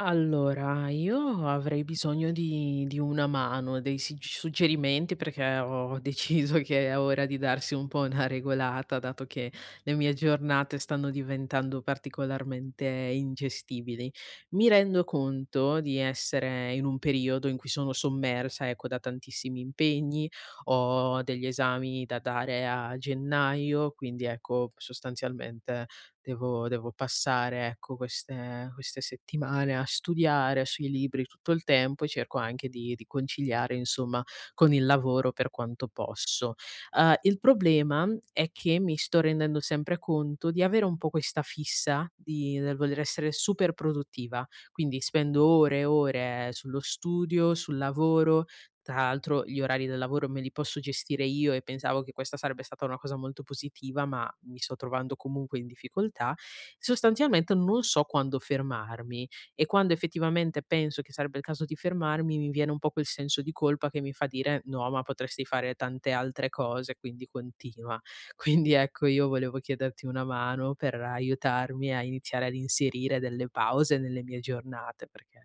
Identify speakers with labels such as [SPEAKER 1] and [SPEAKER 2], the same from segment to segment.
[SPEAKER 1] Allora, io avrei bisogno di una mano, dei sig suggerimenti perché ho deciso che è ora di darsi un po' una regolata, dato che le mie giornate stanno diventando particolarmente ingestibili. Mi rendo conto di essere in un periodo in cui sono sommersa, ecco, da tantissimi impegni, ho degli esami da dare a gennaio, quindi ecco, sostanzialmente devo passare, ecco, queste settimane a studiare sui libri tutto il tempo e cerco anche di conciliare, insomma, con il lavoro per quanto posso. Il problema è che mi sto rendendo sempre conto di avere un po' questa fissa di del voler essere super produttiva, quindi spendo ore e ore sullo studio, sul lavoro. Tra l'altro gli orari del lavoro me li posso gestire io, e pensavo che questa sarebbe stata una cosa molto positiva, ma mi sto trovando comunque in difficoltà. Sostanzialmente non so quando fermarmi, e quando effettivamente penso che sarebbe il caso di fermarmi, mi viene un po' quel senso di colpa che mi fa dire no, ma potresti fare tante altre cose, quindi continua. Quindi ecco, io volevo chiederti una mano per aiutarmi a iniziare ad inserire delle pause nelle mie giornate, perché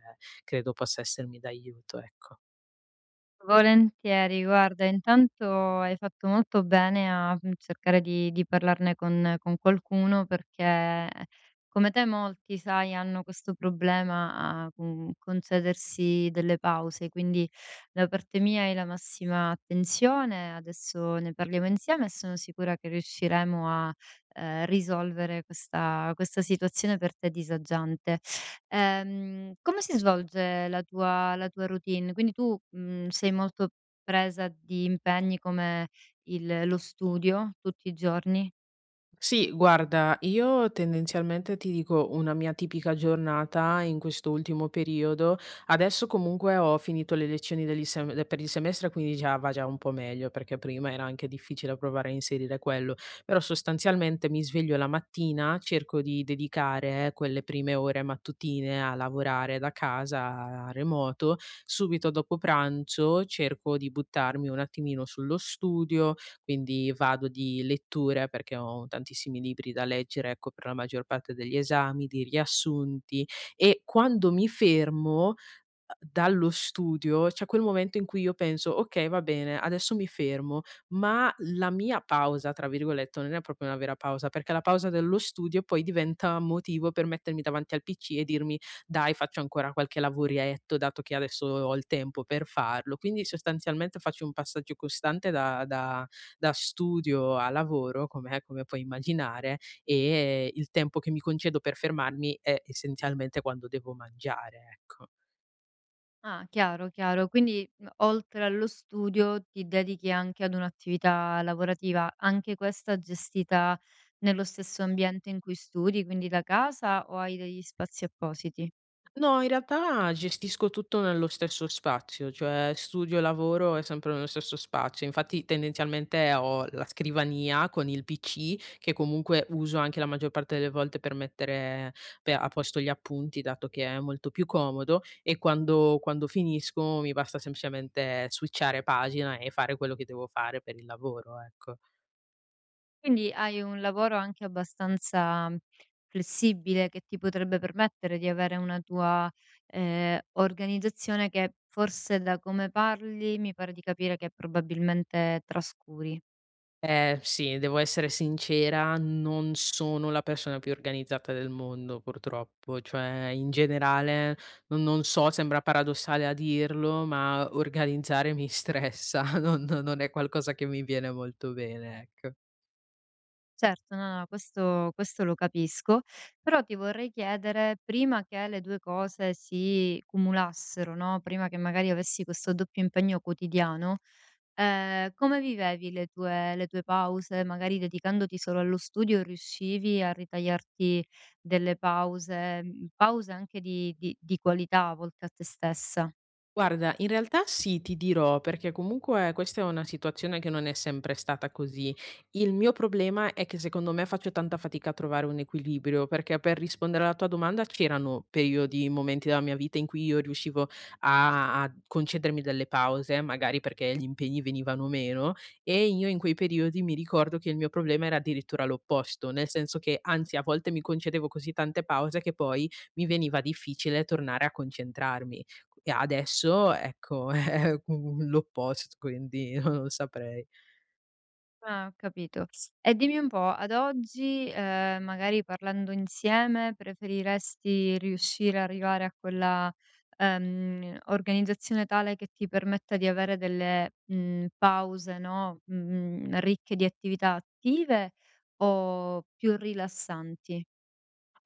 [SPEAKER 1] credo possa essermi d'aiuto, ecco.
[SPEAKER 2] Volentieri, guarda, intanto hai fatto molto bene a cercare di parlarne con qualcuno, perché come te molti, sai, hanno questo problema a concedersi delle pause. Quindi da parte mia hai la massima attenzione, adesso ne parliamo insieme e sono sicura che riusciremo a risolvere questa situazione per te disagiante. Come si svolge la tua routine? Quindi tu, sei molto presa di impegni come il lo studio tutti i giorni?
[SPEAKER 1] Sì, guarda, io tendenzialmente ti dico una mia tipica giornata in questo ultimo periodo. Adesso comunque ho finito le lezioni degli per il semestre, quindi già va già un po' meglio, perché prima era anche difficile provare a inserire quello. Però sostanzialmente mi sveglio la mattina, cerco di dedicare quelle prime ore mattutine a lavorare da casa, a remoto. Subito dopo pranzo cerco di buttarmi un attimino sullo studio, quindi vado di letture perché ho tantissimi libri da leggere, ecco, per la maggior parte degli esami, di riassunti, e quando mi fermo dallo studio c'è quel momento in cui io penso: "Okay, va bene, adesso mi fermo", ma la mia "pausa", tra virgolette, non è proprio una vera pausa, perché la pausa dello studio poi diventa motivo per mettermi davanti al PC e dirmi: "Dai, faccio ancora qualche lavoretto, dato che adesso ho il tempo per farlo". Quindi sostanzialmente faccio un passaggio costante da studio a lavoro, come come puoi immaginare, e il tempo che mi concedo per fermarmi è essenzialmente quando devo mangiare, ecco.
[SPEAKER 2] Ah, chiaro, chiaro. Quindi, oltre allo studio ti dedichi anche ad un'attività lavorativa, anche questa gestita nello stesso ambiente in cui studi, quindi da casa, o hai degli spazi appositi?
[SPEAKER 1] No, in realtà gestisco tutto nello stesso spazio, cioè studio e lavoro è sempre nello stesso spazio. Infatti tendenzialmente ho la scrivania con il PC che comunque uso anche la maggior parte delle volte per mettere a posto gli appunti, dato che è molto più comodo, e quando, quando finisco mi basta semplicemente switchare pagina e fare quello che devo fare per il lavoro, ecco.
[SPEAKER 2] Quindi hai un lavoro anche abbastanza flessibile, che ti potrebbe permettere di avere una tua organizzazione che, forse, da come parli mi pare di capire che probabilmente trascuri.
[SPEAKER 1] Sì, devo essere sincera, non sono la persona più organizzata del mondo purtroppo, cioè in generale non so, sembra paradossale a dirlo, ma organizzare mi stressa, non è qualcosa che mi viene molto bene, ecco.
[SPEAKER 2] Certo, no, no, questo, lo capisco, però ti vorrei chiedere: prima che le 2 cose si cumulassero, no, prima che magari avessi questo doppio impegno quotidiano. Come vivevi le tue pause? Magari dedicandoti solo allo studio riuscivi a ritagliarti delle pause, pause anche di qualità, a volte, a te stessa?
[SPEAKER 1] Guarda, in realtà sì, ti dirò, perché comunque questa è una situazione che non è sempre stata così. Il mio problema è che secondo me faccio tanta fatica a trovare un equilibrio, perché per rispondere alla tua domanda c'erano periodi, momenti della mia vita in cui io riuscivo a concedermi delle pause, magari perché gli impegni venivano meno, e io in quei periodi mi ricordo che il mio problema era addirittura l'opposto, nel senso che anzi a volte mi concedevo così tante pause che poi mi veniva difficile tornare a concentrarmi, e adesso, ecco, è l'opposto, quindi non lo saprei.
[SPEAKER 2] Ah, ho capito. E dimmi un po', ad oggi, magari parlando insieme, preferiresti riuscire a arrivare a quella organizzazione tale che ti permetta di avere delle pause, no, ricche di attività attive o più rilassanti?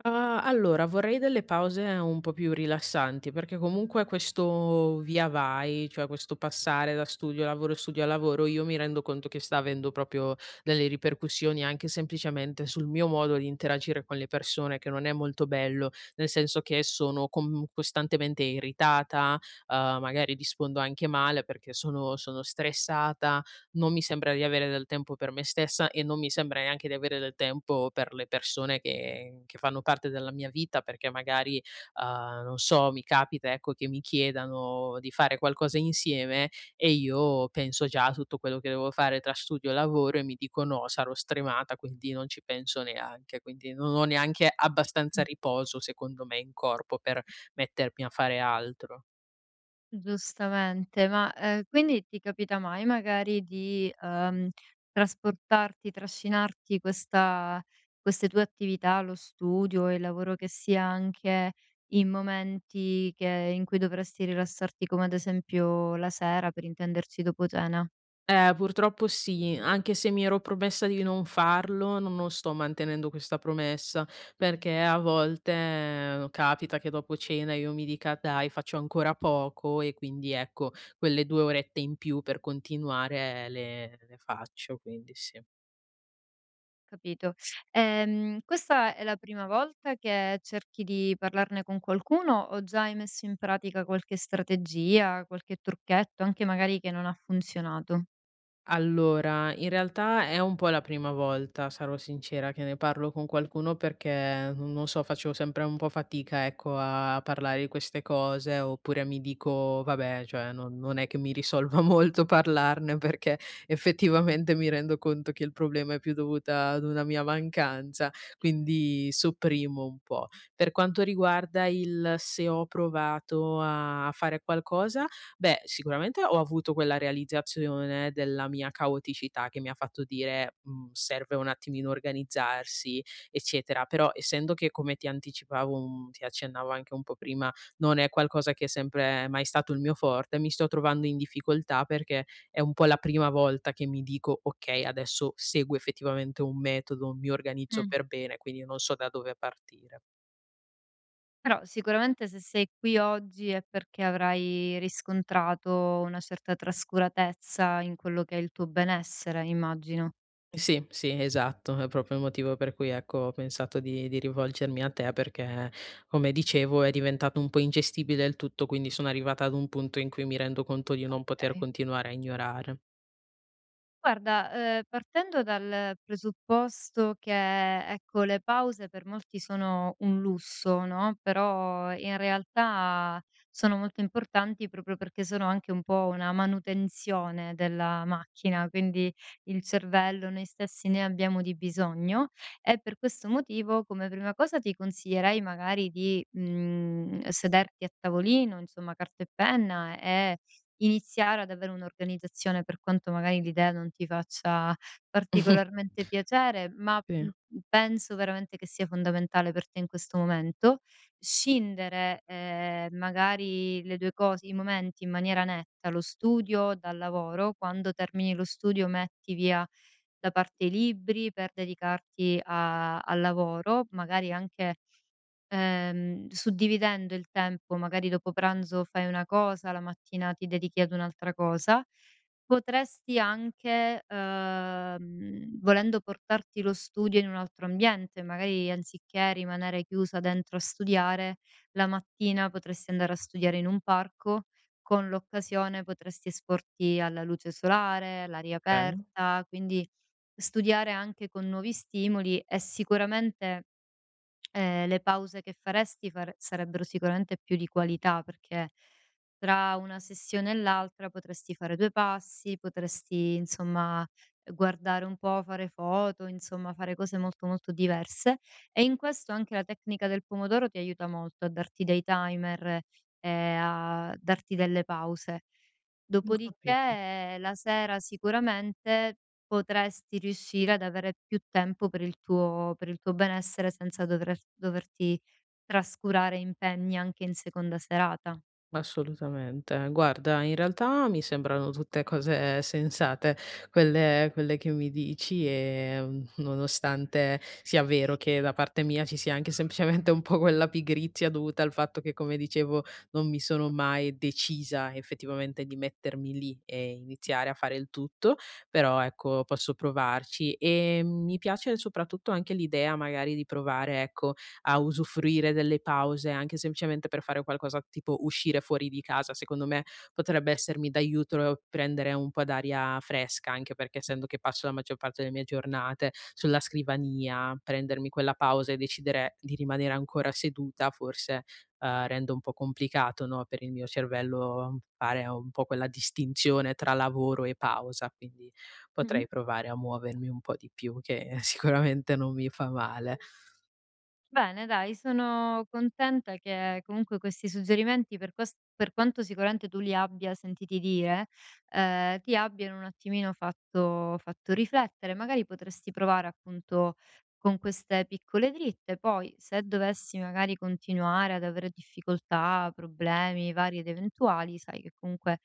[SPEAKER 1] Ah, allora vorrei delle pause un po' più rilassanti, perché comunque questo via vai, cioè questo passare da studio a lavoro, io mi rendo conto che sta avendo proprio delle ripercussioni anche semplicemente sul mio modo di interagire con le persone, che non è molto bello, nel senso che sono costantemente irritata, magari rispondo anche male perché sono stressata, non mi sembra di avere del tempo per me stessa e non mi sembra neanche di avere del tempo per le persone che fanno parte della mia vita, perché magari, non so, mi capita, ecco, che mi chiedano di fare qualcosa insieme e io penso già a tutto quello che devo fare tra studio e lavoro e mi dico: "No, sarò stremata", quindi non ci penso neanche. Quindi non ho neanche abbastanza riposo, secondo me, in corpo per mettermi a fare altro.
[SPEAKER 2] Giustamente. Ma, quindi ti capita mai, magari, di trasportarti, trascinarti questa queste tue attività, lo studio e il lavoro che sia, anche in momenti che in cui dovresti rilassarti, come ad esempio la sera, per intenderci dopo cena,
[SPEAKER 1] Purtroppo sì, anche se mi ero promessa di non farlo, non sto mantenendo questa promessa, perché a volte, capita che dopo cena io mi dica: "Dai, faccio ancora poco" e quindi ecco, quelle 2 orette in più per continuare le faccio, quindi sì.
[SPEAKER 2] capito. Questa è la prima volta che cerchi di parlarne con qualcuno, o già hai messo in pratica qualche strategia, qualche trucchetto, anche magari che non ha funzionato?
[SPEAKER 1] Allora, in realtà è un po' la prima volta, sarò sincera, che ne parlo con qualcuno perché non so, faccio sempre un po' fatica, ecco, a parlare di queste cose, oppure mi dico, vabbè, cioè, non è che mi risolva molto parlarne perché effettivamente mi rendo conto che il problema è più dovuta ad una mia mancanza, quindi sopprimo un po'. Per quanto riguarda il se ho provato a fare qualcosa, beh, sicuramente ho avuto quella realizzazione della mia caoticità che mi ha fatto dire: "Mhmm, serve un attimino organizzarsi", eccetera. Però essendo che come ti anticipavo, mhmm, ti accennavo anche un po' prima, non è qualcosa che è sempre mai stato il mio forte, mi sto trovando in difficoltà perché è un po' la prima volta che mi dico: "Okay, adesso seguo effettivamente un metodo, mi organizzo
[SPEAKER 2] Mh.
[SPEAKER 1] per bene", quindi non so da dove partire.
[SPEAKER 2] Però sicuramente se sei qui oggi è perché avrai riscontrato una certa trascuratezza in quello che è il tuo benessere, immagino.
[SPEAKER 1] Sì, sì, esatto, è proprio il motivo per cui, ecco, ho pensato di rivolgermi a te perché, come dicevo, è diventato un po' ingestibile il tutto, quindi sono arrivata ad un punto in cui mi rendo conto di non poter
[SPEAKER 2] Okay.
[SPEAKER 1] continuare a ignorare.
[SPEAKER 2] Guarda, partendo dal presupposto che, ecco, le pause per molti sono un lusso, no, però in realtà sono molto importanti, proprio perché sono anche un po' una manutenzione della macchina, quindi il cervello, noi stessi, ne abbiamo di bisogno. E per questo motivo, come prima cosa, ti consiglierei magari di sederti a tavolino, insomma carta e penna, e iniziare ad avere un'organizzazione, per quanto magari l'idea non ti faccia particolarmente piacere, ma,
[SPEAKER 1] Sì,
[SPEAKER 2] penso veramente che sia fondamentale per te in questo momento. Scindere, magari, le 2 cose, i momenti in maniera netta: lo studio dal lavoro. Quando termini lo studio, metti via da parte i libri per dedicarti a al lavoro, magari anche. Suddividendo il tempo, magari dopo pranzo fai una cosa, la mattina ti dedichi ad un'altra cosa. Potresti anche, volendo, portarti lo studio in un altro ambiente, magari anziché rimanere chiusa dentro a studiare. La mattina potresti andare a studiare in un parco; con l'occasione potresti esporti alla luce solare, all'aria
[SPEAKER 1] okay,
[SPEAKER 2] aperta, quindi studiare anche con nuovi stimoli. E sicuramente, le pause che faresti fare sarebbero sicuramente più di qualità, perché tra una sessione e l'altra potresti fare 2 passi, potresti, insomma, guardare un po', fare foto, insomma fare cose molto, molto diverse. E in questo anche la tecnica del pomodoro ti aiuta molto a darti dei timer e a darti delle pause.
[SPEAKER 1] ho capito.
[SPEAKER 2] Dopodiché la sera sicuramente potresti riuscire ad avere più tempo per il tuo benessere, senza doverti trascurare impegni anche in seconda serata.
[SPEAKER 1] Assolutamente. Guarda, in realtà mi sembrano tutte cose sensate quelle che mi dici e, mhmm, nonostante sia vero che da parte mia ci sia anche semplicemente un po' quella pigrizia dovuta al fatto che, come dicevo, non mi sono mai decisa effettivamente di mettermi lì e iniziare a fare il tutto, però ecco posso provarci. E mi piace soprattutto anche l'idea magari di provare, ecco, a usufruire delle pause, anche semplicemente per fare qualcosa tipo uscire fuori di casa, secondo me potrebbe essermi d'aiuto e prendere un po' d'aria fresca, anche perché essendo che passo la maggior parte delle mie giornate sulla scrivania, prendermi quella pausa e decidere di rimanere ancora seduta forse, rende un po' complicato, no, per il mio cervello fare un po' quella distinzione tra lavoro e pausa, quindi potrei
[SPEAKER 2] Mh-mh.
[SPEAKER 1] provare a muovermi un po' di più che sicuramente non mi fa male.
[SPEAKER 2] Bene, dai, sono contenta che comunque questi suggerimenti, per, per quanto sicuramente tu li abbia sentiti dire, ti abbiano un attimino fatto riflettere. Magari potresti provare, appunto, con queste piccole dritte. Poi, se dovessi magari continuare ad avere difficoltà, problemi vari ed eventuali, sai che comunque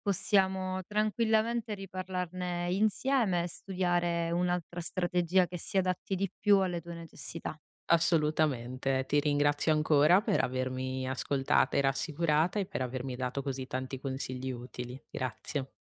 [SPEAKER 2] possiamo tranquillamente riparlarne insieme e studiare un'altra strategia che si adatti di più alle tue necessità.
[SPEAKER 1] Assolutamente. Ti ringrazio ancora per avermi ascoltata e rassicurata e per avermi dato così tanti consigli utili. Grazie.